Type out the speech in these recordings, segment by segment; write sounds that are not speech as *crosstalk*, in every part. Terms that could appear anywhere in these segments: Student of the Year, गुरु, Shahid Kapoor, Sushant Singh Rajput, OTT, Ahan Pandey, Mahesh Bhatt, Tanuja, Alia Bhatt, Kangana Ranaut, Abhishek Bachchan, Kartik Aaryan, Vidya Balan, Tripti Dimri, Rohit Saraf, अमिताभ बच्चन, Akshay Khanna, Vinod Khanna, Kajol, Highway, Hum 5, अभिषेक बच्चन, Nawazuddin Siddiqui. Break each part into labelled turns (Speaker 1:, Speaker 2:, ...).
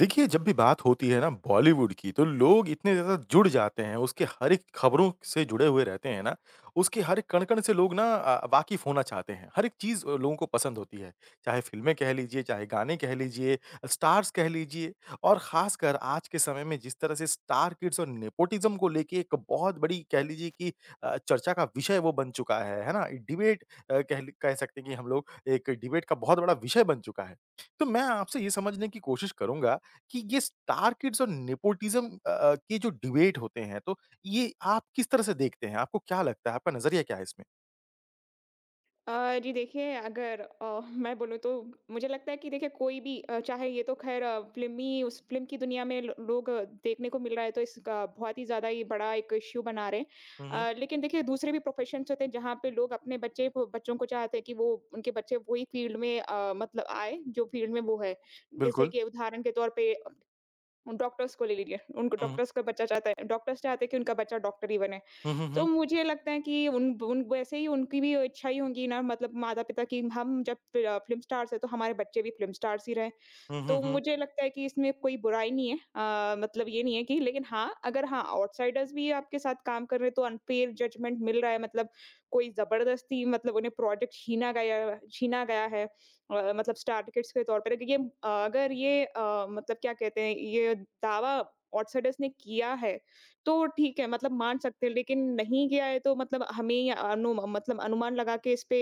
Speaker 1: देखिए, जब भी बात होती है ना बॉलीवुड की, तो लोग इतने ज़्यादा जुड़ जाते हैं, उसके हर एक खबरों से जुड़े हुए रहते हैं ना, उसके हर एक कण-कण से लोग ना वाकिफ़ होना चाहते हैं। हर एक चीज़ लोगों को पसंद होती है, चाहे फ़िल्में कह लीजिए, चाहे गाने कह लीजिए, स्टार्स कह लीजिए और ख़ासकर आज के समय में जिस तरह से स्टार किड्स और नेपोटिज़्म को लेके एक बहुत बड़ी कह लीजिए कि चर्चा का विषय वो बन चुका है ना? डिबेट कह सकते हैं कि हम लोग एक डिबेट का बहुत बड़ा विषय बन चुका है। तो मैं आपसे ये समझने की कोशिश करूँगा कि ये स्टार किड्स और नेपोटिज़्म के जो डिबेट होते हैं, तो ये आप किस तरह से देखते हैं? आपको क्या लगता है? आपका नज़रिया क्या है इसमें?
Speaker 2: जी देखिए। अगर मैं बोलूँ तो मुझे लगता है कि देखिए कोई भी चाहे ये तो ख़ैर फ़िल्मी उस फ़िल्म की दुनिया में लो लोग देखने को मिल रहा है तो इसका बहुत ही ज़्यादा ये बड़ा एक इश्यू बना रहे
Speaker 1: हुँ, हुँ।
Speaker 2: हैं। लेकिन देखिए दूसरे भी प्रोफ़ेशन्स होते हैं जहाँ पे लोग अपने बच्चे को बच्चों को चाहते हैं कि वो उनके बच्चे वही फ़ील्ड में मतलब आए जो फ़ील्ड में वो है। जैसे
Speaker 1: बिल्कुल।
Speaker 2: कि उदाहरण के तौर पे उन डॉक्टर्स को ले लीजिए, उनको
Speaker 1: हुँ,
Speaker 2: डॉक्टर्स का बच्चा चाहता है डॉक्टर्स चाहते हैं कि उनका बच्चा डॉक्टर ही बने।
Speaker 1: हुँ, हुँ, हुँ,
Speaker 2: तो मुझे लगता है कि उन उन वैसे ही उनकी भी इच्छा ही होंगी ना मतलब माता-पिता की, हम जब फ़िल्म स्टार्स हैं तो हमारे बच्चे भी फ़िल्म स्टार्स ही रहें।
Speaker 1: हुँ, हुँ,
Speaker 2: तो
Speaker 1: हुँ।
Speaker 2: मुझे लगता है कि इसमें कोई बुराई नहीं है मतलब ये नहीं है कि, लेकिन हाँ, अगर हाँ, आउटसाइडर्स भी आपके साथ काम कर रहे हैं तो अनफेयर जजमेंट मिल रहा है मतलब कोई ज़बरदस्ती मतलब उन्हें प्रोजेक्ट छीना गया है मतलब टारगेट्स के तौर पर ये अगर ये मतलब क्या कहते हैं ये दावा आउटसाइडर्स ने किया है, तो ठीक है मतलब मान सकते हैं, लेकिन नहीं किया है तो मतलब हमें ये अनुमान लगा के इस पे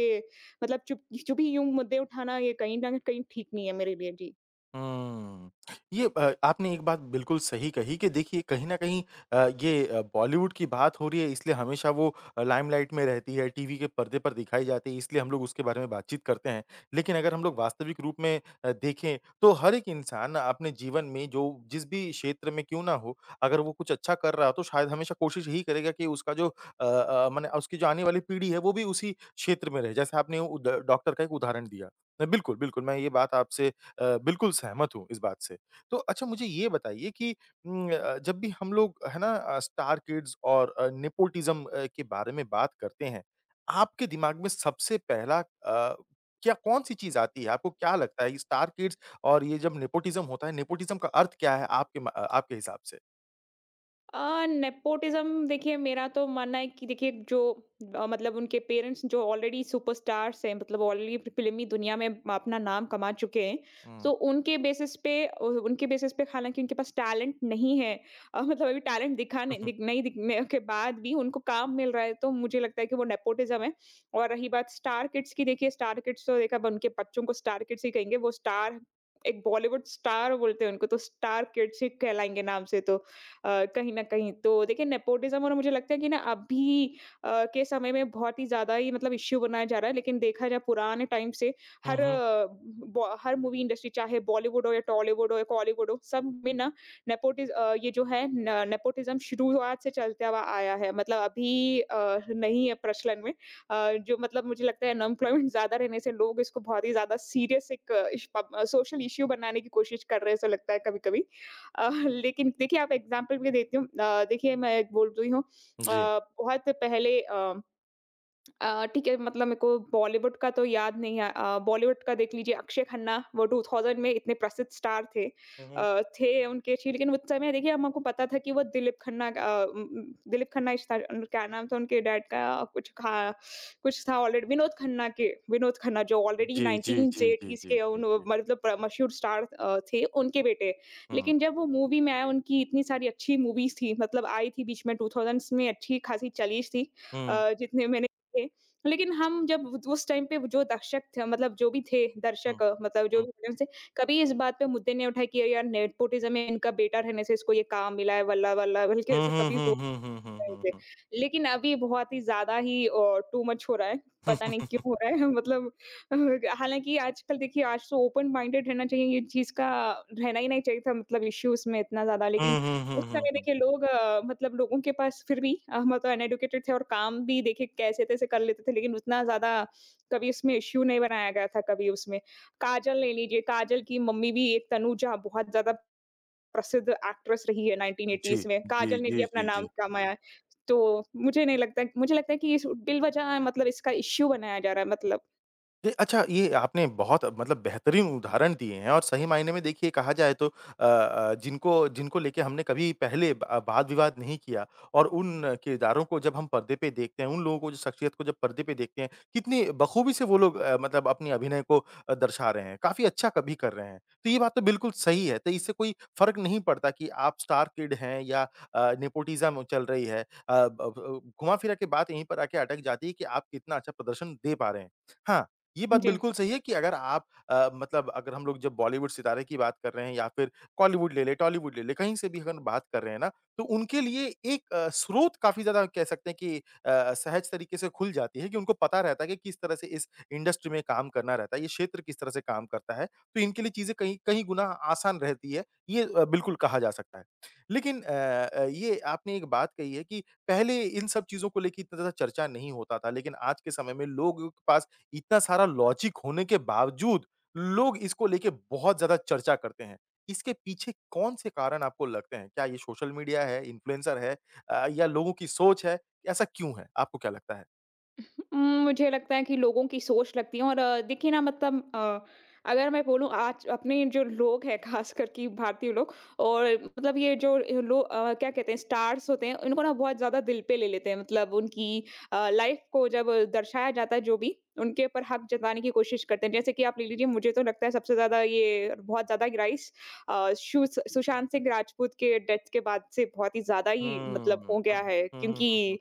Speaker 2: मतलब चुप चुपी यूँ मुद्दे उठाना ये कहीं न कहीं ठीक नहीं है मेरे लिए। जी।
Speaker 1: हुँ। ये आपने एक बात बिल्कुल सही कही कि देखिए कहीं न कहीं ये बॉलीवुड की बात हो रही है इसलिए हमेशा वो लाइमलाइट में रहती है, टीवी के पर्दे पर दिखाई जाती है इसलिए हम लोग उसके बारे में बातचीत करते हैं। लेकिन अगर हम लोग वास्तविक रूप में देखें तो हर एक इंसान अपने जीवन में जो जिस भी क्षेत्र में क्यों ना हो, अगर वो कुछ अच्छा कर रहा हो तो शायद हमेशा कोशिश यही करेगा कि उसका जो माने उसकी जो आने वाली पीढ़ी है वो भी उसी क्षेत्र में रहे। जैसे आपने उद डॉक्टर का एक उदाहरण दिया। बिल्कुल, बिल्कुल मैं ये बात आपसे बिल्कुल सहमत हूँ इस बात से। तो अच्छा मुझे ये बताइए कि जब भी हम लोग है ना स्टार किड्स और नेपोटिज़्म के बारे में बात करते हैं, आपके दिमाग में सबसे पहला क्या कौन-सी चीज़ आती है? आपको क्या लगता है ये स्टार किड्स और ये जब नेपोटिज़्म होता है, नेपोटिज़्म का अर्थ क्या है आपके आपके हिसाब से?
Speaker 2: नेपोटिज़्म देखिए, मेरा तो मानना है कि देखिए जो मतलब उनके पेरेंट्स जो ऑलरेडी सुपरस्टार्स हैं मतलब ऑलरेडी फ़िल्मी दुनिया में अपना नाम कमा चुके हैं,
Speaker 1: हुँ।
Speaker 2: तो उनके बेसिस पे उ उनके बेसिस पे हालाँकि उनके पास टैलेंट नहीं है मतलब अभी टैलेंट दिखा
Speaker 1: हुँ,
Speaker 2: नहीं
Speaker 1: हुँ।
Speaker 2: दिख नहीं दिखने के बाद भी उनको काम मिल रहा है, तो मुझे लगता है कि वो नेपोटिज़्म है। और रही बात स्टार किड्स की, देखिए स्टार किड्स तो देखा उनके बच्चों को स्टार किड्स ही कहेंगे, वो स्टार एक बॉलीवुड स्टार बोलते हैं उनको, तो स्टार किड्स ही कहलाएँगे नाम से तो। कहीं न कहीं। तो देखिए नेपोटिज़्म और मुझे लगता है कि ना अभी के समय में बहुत ही ज़्यादा ही मतलब इश्यू बनाया जा रहा है। लेकिन देखा जाए पुराने टाइम से
Speaker 1: हुँ,
Speaker 2: हर
Speaker 1: हुँ।
Speaker 2: बॉ हर मूवी इंडस्ट्री चाहे बॉलीवुड हो या टॉलीवुड हो या कॉलीवुड हो, सब में ना ये जो है न, नेपोटिज़्म शुरुआत से चलता हुआ आया है। मतलब अभी नहीं है प्रचलन में। जो मतलब मुझे लगता है अनएम्प्लॉयमेंट ज़्यादा रहने से लोग इसको बहुत ही ज़्यादा सीरियस एक इश पब सोशल इश्यू बनाने की कोशिश कर रहे हैं, ऐसा लगता है कभी-कभी। लेकिन देखिए आप एग्ज़ाम्पल भी देती हूँ, देखिए मैं एक बोल रही हूँ
Speaker 1: जी।
Speaker 2: बहुत पहले ठीक है मतलब मेरे को बॉलीवुड का तो याद नहीं है बॉलीवुड का देख लीजिए, अक्षय खन्ना वो 2000 में इतने प्रसिद्ध स्टार थे
Speaker 1: हुँ, हुँ।
Speaker 2: अ, थे उनके अच्छी, लेकिन उस समय देखिए हमको पता था कि वो दिलीप खन्ना का, दिलीप खन्ना क्या नाम था उनके डैड का, कुछ खा कुछ था ऑलरेडी, विनोद खन्ना जो ऑलरेडी
Speaker 1: जी, जी, जी, जी,
Speaker 2: 1980s
Speaker 1: जी,
Speaker 2: के
Speaker 1: जी,
Speaker 2: उन
Speaker 1: जी।
Speaker 2: मतलब मशहूर स्टार थे, उनके बेटे।
Speaker 1: हुँ।
Speaker 2: लेकिन जब वो मूवी में आए उनकी इतनी सारी अच्छी मूवीज थी, मतलब आई थी बीच में 2000s में, अच्छी खासी चली थी
Speaker 1: हुँ, हुँ,
Speaker 2: जितने मैंने देखे। लेकिन हम जब व उस टाइम पे जो दर्शक थे, मतलब जो भी थे
Speaker 1: हुँ,
Speaker 2: दर्शक, मतलब जो
Speaker 1: हुँ।
Speaker 2: भी थे उनसे कभी इस बात पे मुद्दे नहीं उठाए कि, "अरे यार नेपोटिज़्म है, इनका बेटा रहने से इसको ये काम मिला है वल्ला-वल्ला", बल्कि
Speaker 1: हुँ,
Speaker 2: ऐसा
Speaker 1: हुँ,
Speaker 2: कभी
Speaker 1: हुँ, हुँ, हुँ, हुँ, हुँ,
Speaker 2: राइट।
Speaker 1: हुँ।
Speaker 2: लेकिन अभी बहुत ही ज़्यादा ही टू मच हो रहा है, पता नहीं क्यों हो रहा है *laughs* मतलब हालाँकि आजकल देखिए, आज तो ओपन माइंडेड रहना चाहिए, ये चीज़ का रहना ही नहीं चाहिए था मतलब इश्यूज़ में इतना ज़्यादा।
Speaker 1: हुँ,
Speaker 2: लेकिन
Speaker 1: हुँ, हुँ,
Speaker 2: उस
Speaker 1: हुँ, हुँ,
Speaker 2: समय
Speaker 1: हुँ।
Speaker 2: देखिए लोग मतलब लोगों के पास फिर भी मतलब अनएडुकेटेड थे और काम भी देखिए कैसे-तैसे कर लेते थे, लेकिन उतना ज़्यादा कभी इसमें इश्यू नहीं बनाया गया था कभी उसमें। काजल ले लीजिए, काजल की मम्मी भी एक तनुजा बहुत ज़्यादा प्रसिद्ध एक्ट्रेस रही है
Speaker 1: जी।
Speaker 2: 1980s में,
Speaker 1: जी,
Speaker 2: काजल ने
Speaker 1: जी,
Speaker 2: भी
Speaker 1: जी,
Speaker 2: अपना
Speaker 1: जी।
Speaker 2: नाम कमाया। तो मुझे नहीं लगता मुझे लगता है कि इस बिलवज़ह मतलब इसका इश्यू बनाया जा रहा है मतलब।
Speaker 1: जी, अच्छा ये आपने बहुत मतलब बेहतरीन उदाहरण दिए हैं और सही मायने में देखिए कहा जाए तो जिनको जिनको लेके हमने कभी पहले ब वाद विवाद नहीं किया और उन किरदारों को जब हम पर्दे पे देखते हैं, उन लोगों को जो शख्सियत को जब पर्दे पे देखते हैं, कितनी बखूबी से वो लोग मतलब अपनी अभिनय को दर्शा रहे हैं, काफ़ी अच्छा कभी कर रहे हैं। तो ये बात तो बिल्कुल सही है, तो इससे कोई फ़र्क नहीं पड़ता कि आप स्टार किड हैं या नेपोटिज़्म चल रही है। ब ब घुमा-फिरा के बात यहीं पर आके अटक जाती है कि आप कितना अच्छा प्रदर्शन दे पा रहे हैं। हाँ, ये बात
Speaker 2: जी।
Speaker 1: बिल्कुल सही है कि अगर आप मतलब अगर हम लोग जब बॉलीवुड सितारे की बात कर रहे हैं या फिर कॉलीवुड ले लें, टॉलीवुड ले लें, कहीं से भी अगर बात कर रहे हैं ना, तो उनके लिए एक स्रोत काफ़ी ज़्यादा कह सकते हैं कि सहज तरीके से खुल जाती है कि उनको पता रहता है कि किस तरह से इस इंडस्ट्री में काम करना रहता है, ये क्षेत्र किस तरह से काम करता है, तो इनके लिए चीज़ें कहीं कहीं गुना आसान रहती है, ये बिल्कुल कहा जा सकता है। लेकिन ये आपने एक बात कही है कि पहले इन सब चीज़ों को लेके इतना ज़्यादा चर्चा नहीं होता था, लेकिन आज के समय में लोगों के पास इतना सारा लॉजिक होने के बावजूद लोग इसको लेके बहुत ज़्यादा चर्चा करते हैं। इसके पीछे कौन-से कारण आपको लगते हैं? क्या ये सोशल मीडिया है, इन्फ्लुएंसर है या लोगों की सोच है? ऐसा क्यों है? आपको क्या लगता है?
Speaker 2: उम, मुझे लगता है कि लोगों की सोच लगती है और देखिए ना मतलब अगर मैं बोलूँ, आज अपने जो लोग हैं ख़ासकर कि भारतीय लोग, और मतलब ये जो ये लोग क्या कहते हैं स्टार्स होते हैं, इनको ना बहुत ज़्यादा दिल पे ले लेते हैं। मतलब उनकी लाइफ़ को जब दर्शाया जाता है जो भी, उनके ऊपर हक जताने की कोशिश करते हैं। जैसे कि आप ले लीजिए, मुझे तो लगता है सबसे ज़्यादा ये बहुत ज़्यादा ग्राइस अ, शु सुशांत सिंह राजपूत के डेथ के बाद से बहुत ही ज़्यादा ही
Speaker 1: हुँ,
Speaker 2: मतलब
Speaker 1: हुँ,
Speaker 2: हो गया
Speaker 1: हुँ,
Speaker 2: है,
Speaker 1: हुँ,
Speaker 2: क्योंकि
Speaker 1: हुँ, हुँ,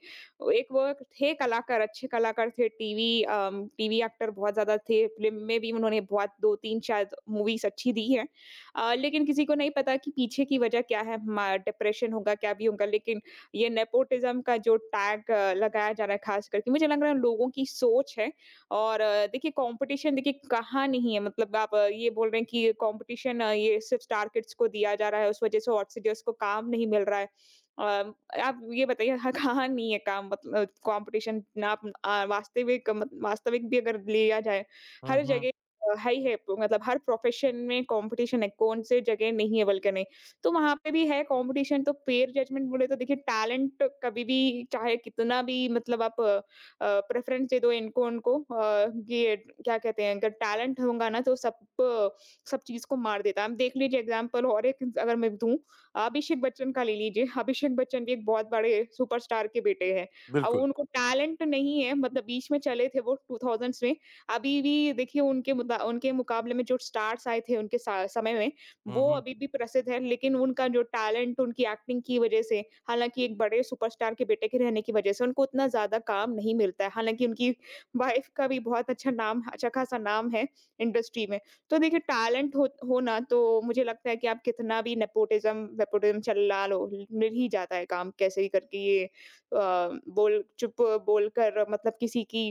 Speaker 2: एक वो थे कलाकार, अच्छे कलाकार थे, टीवी टीवी एक्टर बहुत ज़्यादा थे, फ़िल्म में भी उन्होंने बहुत 2-3 शायद मूवीज़ अच्छी दी हैं। लेकिन किसी को नहीं पता कि पीछे की वजह क्या है, मा डिप्रेशन होगा, क्या भी होगा, लेकिन ये नेपोटिज़्म का जो टैग लगाया जा रहा है ख़ास करके, मुझे लग रहा है लोगों की सोच है। और देखिए कॉम्पिटिशन देखिए कहाँ नहीं है, मतलब आप ये बोल रहे हैं कि ये कॉम्पिटिशन ये सिर्फ़ स्टार किड्स को दिया जा रहा है, उस वजह से ऑड सीडर्स को काम नहीं मिल रहा है। अ आप ये बताइए, हाँ, कहाँ नहीं है काम मतलब कॉम्पिटिशन ना, आप वास्तविक भी अगर लिया जाए,
Speaker 1: हुँ,
Speaker 2: हर
Speaker 1: हुँ,
Speaker 2: जगह है ही है, मतलब हर प्रोफ़ेशन में कॉम्पिटिशन है, कौन से जगह नहीं है बल्कि नहीं। तो वहाँ पे भी है कॉम्पिटिशन, तो पेयर जजमेंट बोले तो देखिए टैलेंट कभी भी चाहे कितना भी मतलब आप प्रेफ़रेंस दे दो इनको उनको ये क्या कहते हैं, अगर टैलेंट होगा ना तो सब अ, सब चीज़ को मार देता है। आप देख लीजिए एग्ज़ाम्पल और एक अगर मैं दूँ, अभिषेक बच्चन का ले लीजिए, अभिषेक बच्चन भी एक बहुत बड़े सुपरस्टार के बेटे हैं। अब
Speaker 1: बिल्कुल,
Speaker 2: उनको टैलेंट नहीं है, मतलब बीच में चले थे वो 2000s में। अभी भी देखिए उनके मुता उनके मुकाबले में जो स्टार्स आए थे उनके सा समय में,
Speaker 1: हुँ,
Speaker 2: वो
Speaker 1: हुँ।
Speaker 2: अभी भी प्रसिद्ध है, लेकिन उनका जो टैलेंट उनकी एक्टिंग की वज़ह से, हालाँकि एक बड़े सुपरस्टार के बेटे के रहने की वज़ह से उनको उतना ज़्यादा काम नहीं मिलता है। हालाँकि उनकी वाइफ़ का भी बहुत अच्छा नाम अच्छा खासा नाम है इंडस्ट्री में। तो देखिए टैलेंट हो ना तो मुझे लगता है कि आप कितना भी नेपोटिज्म वेपोटिज्म चला लो, मिल ही जाता है काम कैसे ही करके। ये बोलकर मतलब किसी की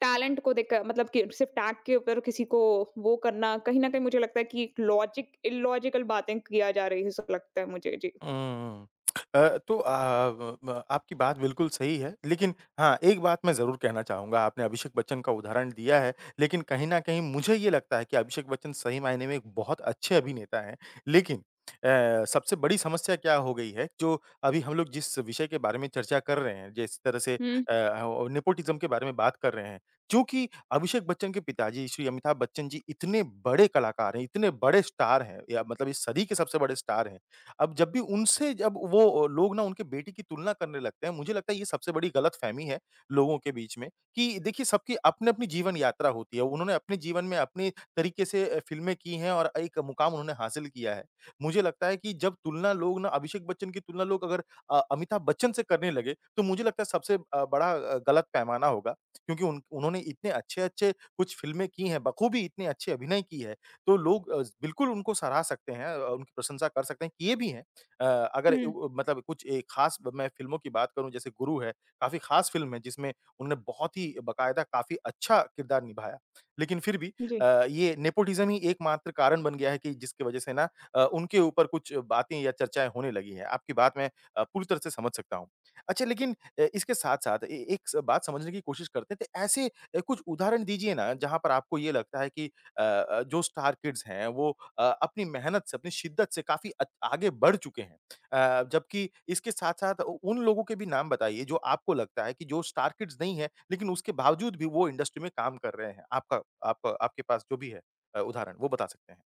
Speaker 2: टैलेंट को देखकर मतलब कि सिर्फ टैग के ऊपर किसी को वो करना, कहीं ना कहीं मुझे लगता है कि लॉजिक इलॉजिकल बातें किया जा रही है, ऐसा लगता है मुझे। जी।
Speaker 1: हुँ। अ, तो ब ब आपकी बात बिल्कुल सही है, लेकिन हाँ, एक बात मैं ज़रूर कहना चाहूँगा, आपने अभिषेक बच्चन का उदाहरण दिया है, लेकिन कहीं न कहीं मुझे ये लगता है कि अभिषेक बच्चन सही मायने में एक बहुत अच्छे अभिनेता हैं। लेकिन सबसे बड़ी समस्या क्या हो गई है, जो अभी हम लोग जिस विषय के बारे में चर्चा कर रहे हैं, जिस तरह से
Speaker 2: हम्म
Speaker 1: हो नेपोटिज़्म के बारे में बात कर रहे हैं, चूँकि अभिषेक बच्चन के पिताजी श्री अमिताभ बच्चन जी इतने बड़े कलाकार हैं, इतने बड़े स्टार हैं, या मतलब इस सदी के सबसे बड़े स्टार हैं। अब जब भी उनसे जब वो लोग ना उनके बेटे की तुलना करने लगते हैं, मुझे लगता है ये सबसे बड़ी गलतफ़हमी है लोगों के बीच में कि देखिए सबकी अपनी-अपनी जीवन यात्रा होती है। उन्होंने अपने जीवन में अपने तरीके से फ़िल्में की हैं और एक मुकाम उन्होंने हासिल किया है। मुझे लगता है कि जब तुलना लोग ना अभिषेक बच्चन की तुलना लोग अगर अमिताभ बच्चन से करने लगे, तो मुझे लगता है सबसे बड़ा गलत पैमाना होगा क्योंकि उन उन्होंने इतने अच्छे-अच्छे कुछ फ़िल्में की हैं, बखूबी इतने अच्छे अभिनय की है। तो लोग बिल्कुल उनको सराह सकते हैं उनकी प्रशंसा कर सकते हैं, किए भी हैं। अ, अगर
Speaker 2: हम्म
Speaker 1: उ मतलब कुछ एक खास मैं फ़िल्मों की बात करूँ जैसे गुरु है, काफ़ी खास फ़िल्म है जिसमें उन्होंने बहुत ही बाकायदा काफ़ी अच्छा किरदार निभाया। लेकिन फिर भी अ,
Speaker 2: जी।
Speaker 1: ये नेपोटिज़्म ही एकमात्र कारण बन गया है कि जिसकी वज़ह से ना उनके ऊपर कुछ बातें या चर्चाएँ होने लगी हैं। आपकी बात मैं पूरी तरह से समझ सकता हूँ। अच्छा लेकिन इसके साथ-साथ ए एक स बात समझने की कोशिश करते हैं तो ऐसे कुछ उदाहरण दीजिए ना जहाँ पर आपको ये लगता है कि जो स्टार किड्स हैं वो अपनी मेहनत से, अपनी शिद्दत से काफ़ी आगे बढ़ चुके हैं। जबकि इसके साथ-साथ उ उन लोगों के भी नाम बताइए जो आपको लगता है कि जो स्टार किड्स नहीं है, लेकिन उसके बावजूद भी वो इंडस्ट्री में काम कर रहे हैं। आपका आप आपके पास जो भी है उदाहरण वो बता सकते हैं?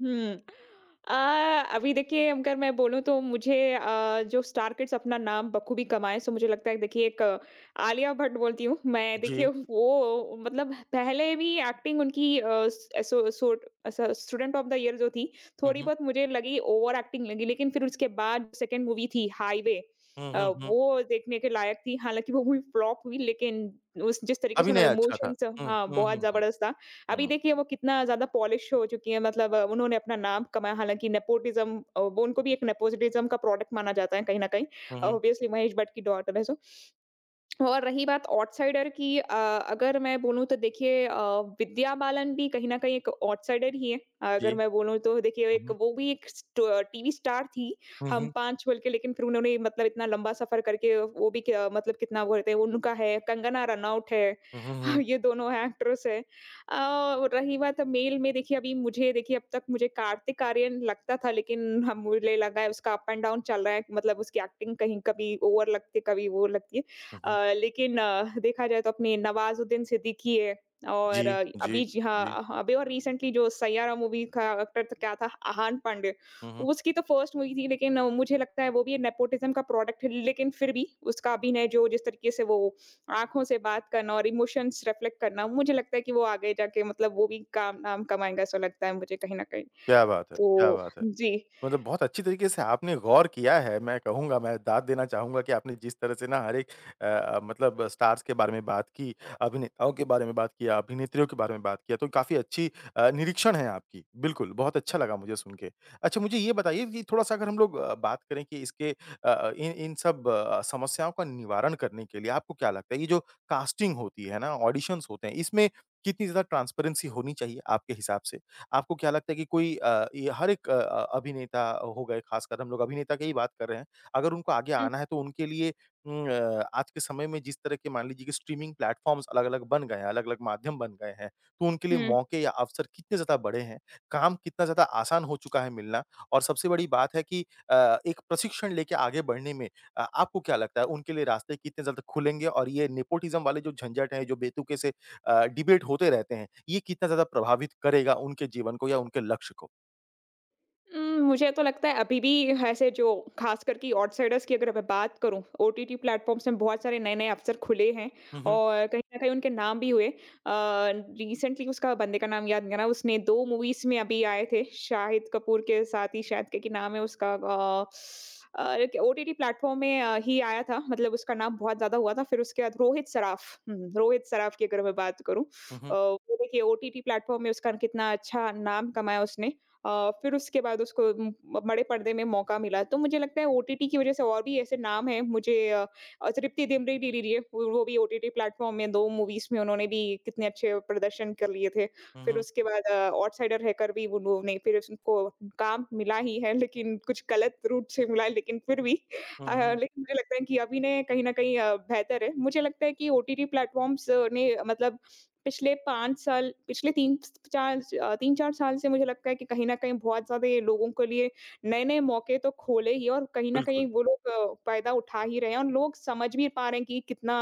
Speaker 2: हम्म अ, अभी देखिए अगर मैं बोलूँ तो मुझे जो स्टार किड्स अपना नाम बखूबी कमाए, सो मुझे लगता है कि देखिए एक आलिया भट्ट बोलती हूँ मैं, देखिए
Speaker 1: जी।
Speaker 2: वो मतलब पहले भी एक्टिंग उनकी so, so, student of the year जो थी
Speaker 1: हुँ,
Speaker 2: थोड़ी
Speaker 1: हुँ।
Speaker 2: बहुत मुझे लगी ओवर एक्टिंग लगी, लेकिन फिर उसके बाद सेकेंड मूवी थी हाईवे।
Speaker 1: हुँ, हुँ, हुँ।
Speaker 2: वो देखने के लायक थी, हालांकि वो मूवी फ्लॉप हुई, लेकिन उस जिस तरीके से
Speaker 1: अभिनय
Speaker 2: उन्होंने
Speaker 1: अच्छा था।
Speaker 2: इमोशंस,
Speaker 1: हुँ,
Speaker 2: हाँ,
Speaker 1: हुँ,
Speaker 2: बहुत
Speaker 1: हुँ, हुँ,
Speaker 2: जबरदस्त था। अभी
Speaker 1: हुँ,
Speaker 2: देखिए वो कितना ज़्यादा पॉलिश हो चुकी हैं, मतलब उन्होंने अपना नाम कमाया, हालाँकि नेपोटिज़्म अ, वो उनको भी एक नेपोटिज़्म का प्रोडक्ट माना जाता है कहीं न कहीं।
Speaker 1: हुँ, हुँ।
Speaker 2: ऑब्वियसली महेश भट्ट की डॉटर है, सो और रही बात आउटसाइडर की, अगर मैं बोलूँ तो देखिए विद्या बालन भी कहीं न कहीं एक आउटसाइडर ही है। अगर
Speaker 1: जी।
Speaker 2: मैं बोलूँ तो देखिए
Speaker 1: हुँ,
Speaker 2: एक
Speaker 1: हुँ।
Speaker 2: वो भी एक स्ट टीवी स्टार थी,
Speaker 1: हुँ,
Speaker 2: हम
Speaker 1: हुँ।
Speaker 2: 5 बोल के, लेकिन फिर उन्होंने मतलब इतना लंबा सफ़र करके वो भी, क्या मतलब कितना वो रहते हैं, उनका है, कंगना रनौट है।
Speaker 1: हुँ, हुँ,
Speaker 2: *laughs* हाँ,
Speaker 1: हुँ।
Speaker 2: ये दोनों है एक्ट्रेस हैं। अ, और रही बात मेल में, देखिए अभी मुझे देखिए अब तक मुझे कार्तिक आर्यन लगता था, लेकिन हम मुझे लगा है उसका अप एंड डाउन चल रहा है, मतलब उसकी एक्टिंग कहीं कभी ओवर लगती है, कभी वो लगती है।
Speaker 1: हुँ, हुँ।
Speaker 2: लेकिन देखा जाए तो अपने नवाज़ुद्दीन सिद्दीकी है
Speaker 1: जी,
Speaker 2: और
Speaker 1: जी, जी।
Speaker 2: अभी और रिसेंटली जो सैयारा मूवी का एक्टर तो क्या था, अहान पांडे,
Speaker 1: हुँ, हुँ।
Speaker 2: उसकी तो फर्स्ट मूवी थी, लेकिन मुझे लगता है वो भी नेपोटिज़्म का प्रोडक्ट है, लेकिन फिर भी उसका अभिनय जो जिस तरीके से वो आँखों से बात करना और इमोशंस रिफ्लेक्ट करना, मुझे लगता है कि वो आगे जाके मतलब वो भी काम नाम कमाएँगा, ऐसा लगता है मुझे कहीं न कहीं।
Speaker 1: क्या बात है! क्या
Speaker 2: तो
Speaker 1: बात है!
Speaker 2: जी।
Speaker 1: मतलब बहुत अच्छी तरीके से आपने गौर किया है। मैं कहूँगा मैं दाद देना चाहूँगा कि आपने जिस तरह से ना हर एक मतलब स्टार्स के बारे में बात की, अभिनेताओं के बारे में बात किया, अभिनेत्रियों के बारे में बात किया, तो काफ़ी अच्छी निरीक्षण है आपकी। बिल्कुल, बहुत अच्छा लगा मुझे सुन के। अच्छा मुझे ये बताइए कि थोड़ा-सा अगर हम लोग बात करें कि इसके इन इन सब समस्याओं का निवारण करने के लिए आपको क्या लगता है ये जो कास्टिंग होती है ना, ऑडिशंस होते हैं, इसमें कितनी ज़्यादा ट्रांसपेरेंसी होनी चाहिए आपके हिसाब से? आपको क्या लगता है कि कोई ये हर एक अभिनेता हो गए खासकर हम लोग अभिनेता की ही बात कर रहे हैं। अगर उनको आगे
Speaker 2: हुँ।
Speaker 1: आना है तो उनके लिए आज के समय में जिस तरह के मान लीजिए कि स्ट्रीमिंग प्लेटफ़ॉर्म्स अलग-अलग बन गए हैं, अलग-अलग माध्यम बन गए हैं, तो उनके लिए
Speaker 2: हुँ।
Speaker 1: मौके या अवसर कितने ज़्यादा बड़े हैं, काम कितना ज़्यादा आसान हो चुका है मिलना और सबसे बड़ी बात है कि एक प्रशिक्षण लेके आगे बढ़ने में आपको क्या लगता है उनके लिए रास्ते कितने ज़्यादा खुलेंगे और ये नेपोटिज़्म वाले जो झंझट हैं, जो बेतुके से डिबेट होते रहते हैं, ये कितना ज़्यादा प्रभावित करेगा उनके जीवन को या उनके लक्ष्य को?
Speaker 2: मुझे तो लगता है अभी भी ऐसे जो खास करके आउटसाइडर्स की अगर मैं बात करूँ, ओटीटी प्लेटफ़ॉर्म्स में बहुत सारे नए-नए अवसर खुले हैं
Speaker 1: हुँ, हुँ।
Speaker 2: और कहीं न कहीं उनके नाम भी हुए। रिसेंटली उसका बंदे का नाम याद नहीं आ रहा, उसने 2 मूवीज़ में अभी आए थे, शाहिद कपूर के साथ ही शायद करके नाम है उसका एक ओटीटी प्लेटफ़ॉर्म में ही आया था, मतलब उसका नाम बहुत ज़्यादा हुआ था। फिर उसके बाद रोहित सराफ, हुँ, रोहित सराफ की अगर मैं बात करूँ,
Speaker 1: हुँ, हुँ।
Speaker 2: वो देखिए ओटीटी प्लेटफ़ॉर्म में उसका कितना अच्छा नाम कमाया उसने। फिर उसके बाद उसको बड़े पर्दे में मौका मिला। तो मुझे लगता है ओटीटी की वज़ह से और भी ऐसे नाम हैं मुझे। तृप्ति डिमरी ले लीजिए, वो भी ओटीटी प्लेटफ़ॉर्म में 2 मूवीज़ में उन्होंने भी कितने अच्छे प्रदर्शन कर लिए थे।
Speaker 1: हुँ,
Speaker 2: फिर
Speaker 1: हुँ।
Speaker 2: उसके बाद आउटसाइडर हैकर भी उन्होंने, फिर उसको काम मिला ही है, लेकिन कुछ गलत रूप से मिला है, लेकिन फिर भी
Speaker 1: हुँ, हुँ।
Speaker 2: लेकिन मुझे लगता है कि अभिनय कहीं न कहीं बेहतर है। मुझे लगता है कि ओटीटी प्लेटफ़ॉर्म्स ने मतलब पिछले 5 साल पिछले 3 4 अ, 3-4 साल से मुझे लगता है कि कहीं न कहीं बहुत ज़्यादा ये लोगों के लिए नए-नए मौके तो खोले ही, और कहीं न
Speaker 1: बिल्कुल।
Speaker 2: कहीं वो लोग फ़ायदा उठा ही रहे हैं और लोग समझ भी पा रहे हैं कि कितना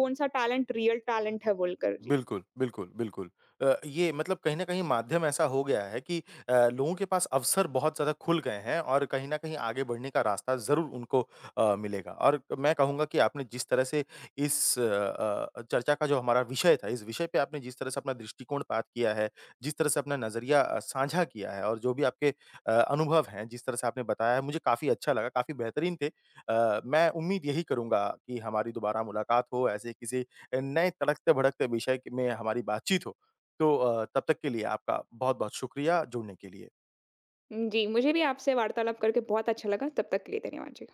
Speaker 2: कौन-सा टैलेंट रियल टैलेंट है बोलकर। जी।
Speaker 1: बिल्कुल, बिल्कुल, बिल्कुल। ये मतलब कहीं न कहीं माध्यम ऐसा हो गया है कि लोगों के पास अवसर बहुत ज़्यादा खुल गए हैं और कहीं न कहीं आगे बढ़ने का रास्ता ज़रूर उनको मिलेगा। और मैं कहूँगा कि आपने जिस तरह से इस चर्चा का जो हमारा विषय था, इस विषय पे आपने जिस तरह से अपना दृष्टिकोण पात किया है, जिस तरह से अपना नज़रिया साझा किया है और जो भी आपके अनुभव हैं, जिस तरह से आपने बताया है, मुझे काफ़ी अच्छा लगा, काफ़ी बेहतरीन थे। मैं उम्मीद यही करूँगा कि हमारी दोबारा मुलाकात हो, ऐसे किसी नए तड़कते-भड़कते विषय क में हमारी बातचीत हो। तो तब तक के लिए आपका बहुत-बहुत शुक्रिया जुड़ने के लिए।
Speaker 2: जी, मुझे भी आपसे वार्तालाप करके बहुत अच्छा लगा। तब तक के लिए धन्यवाद जी।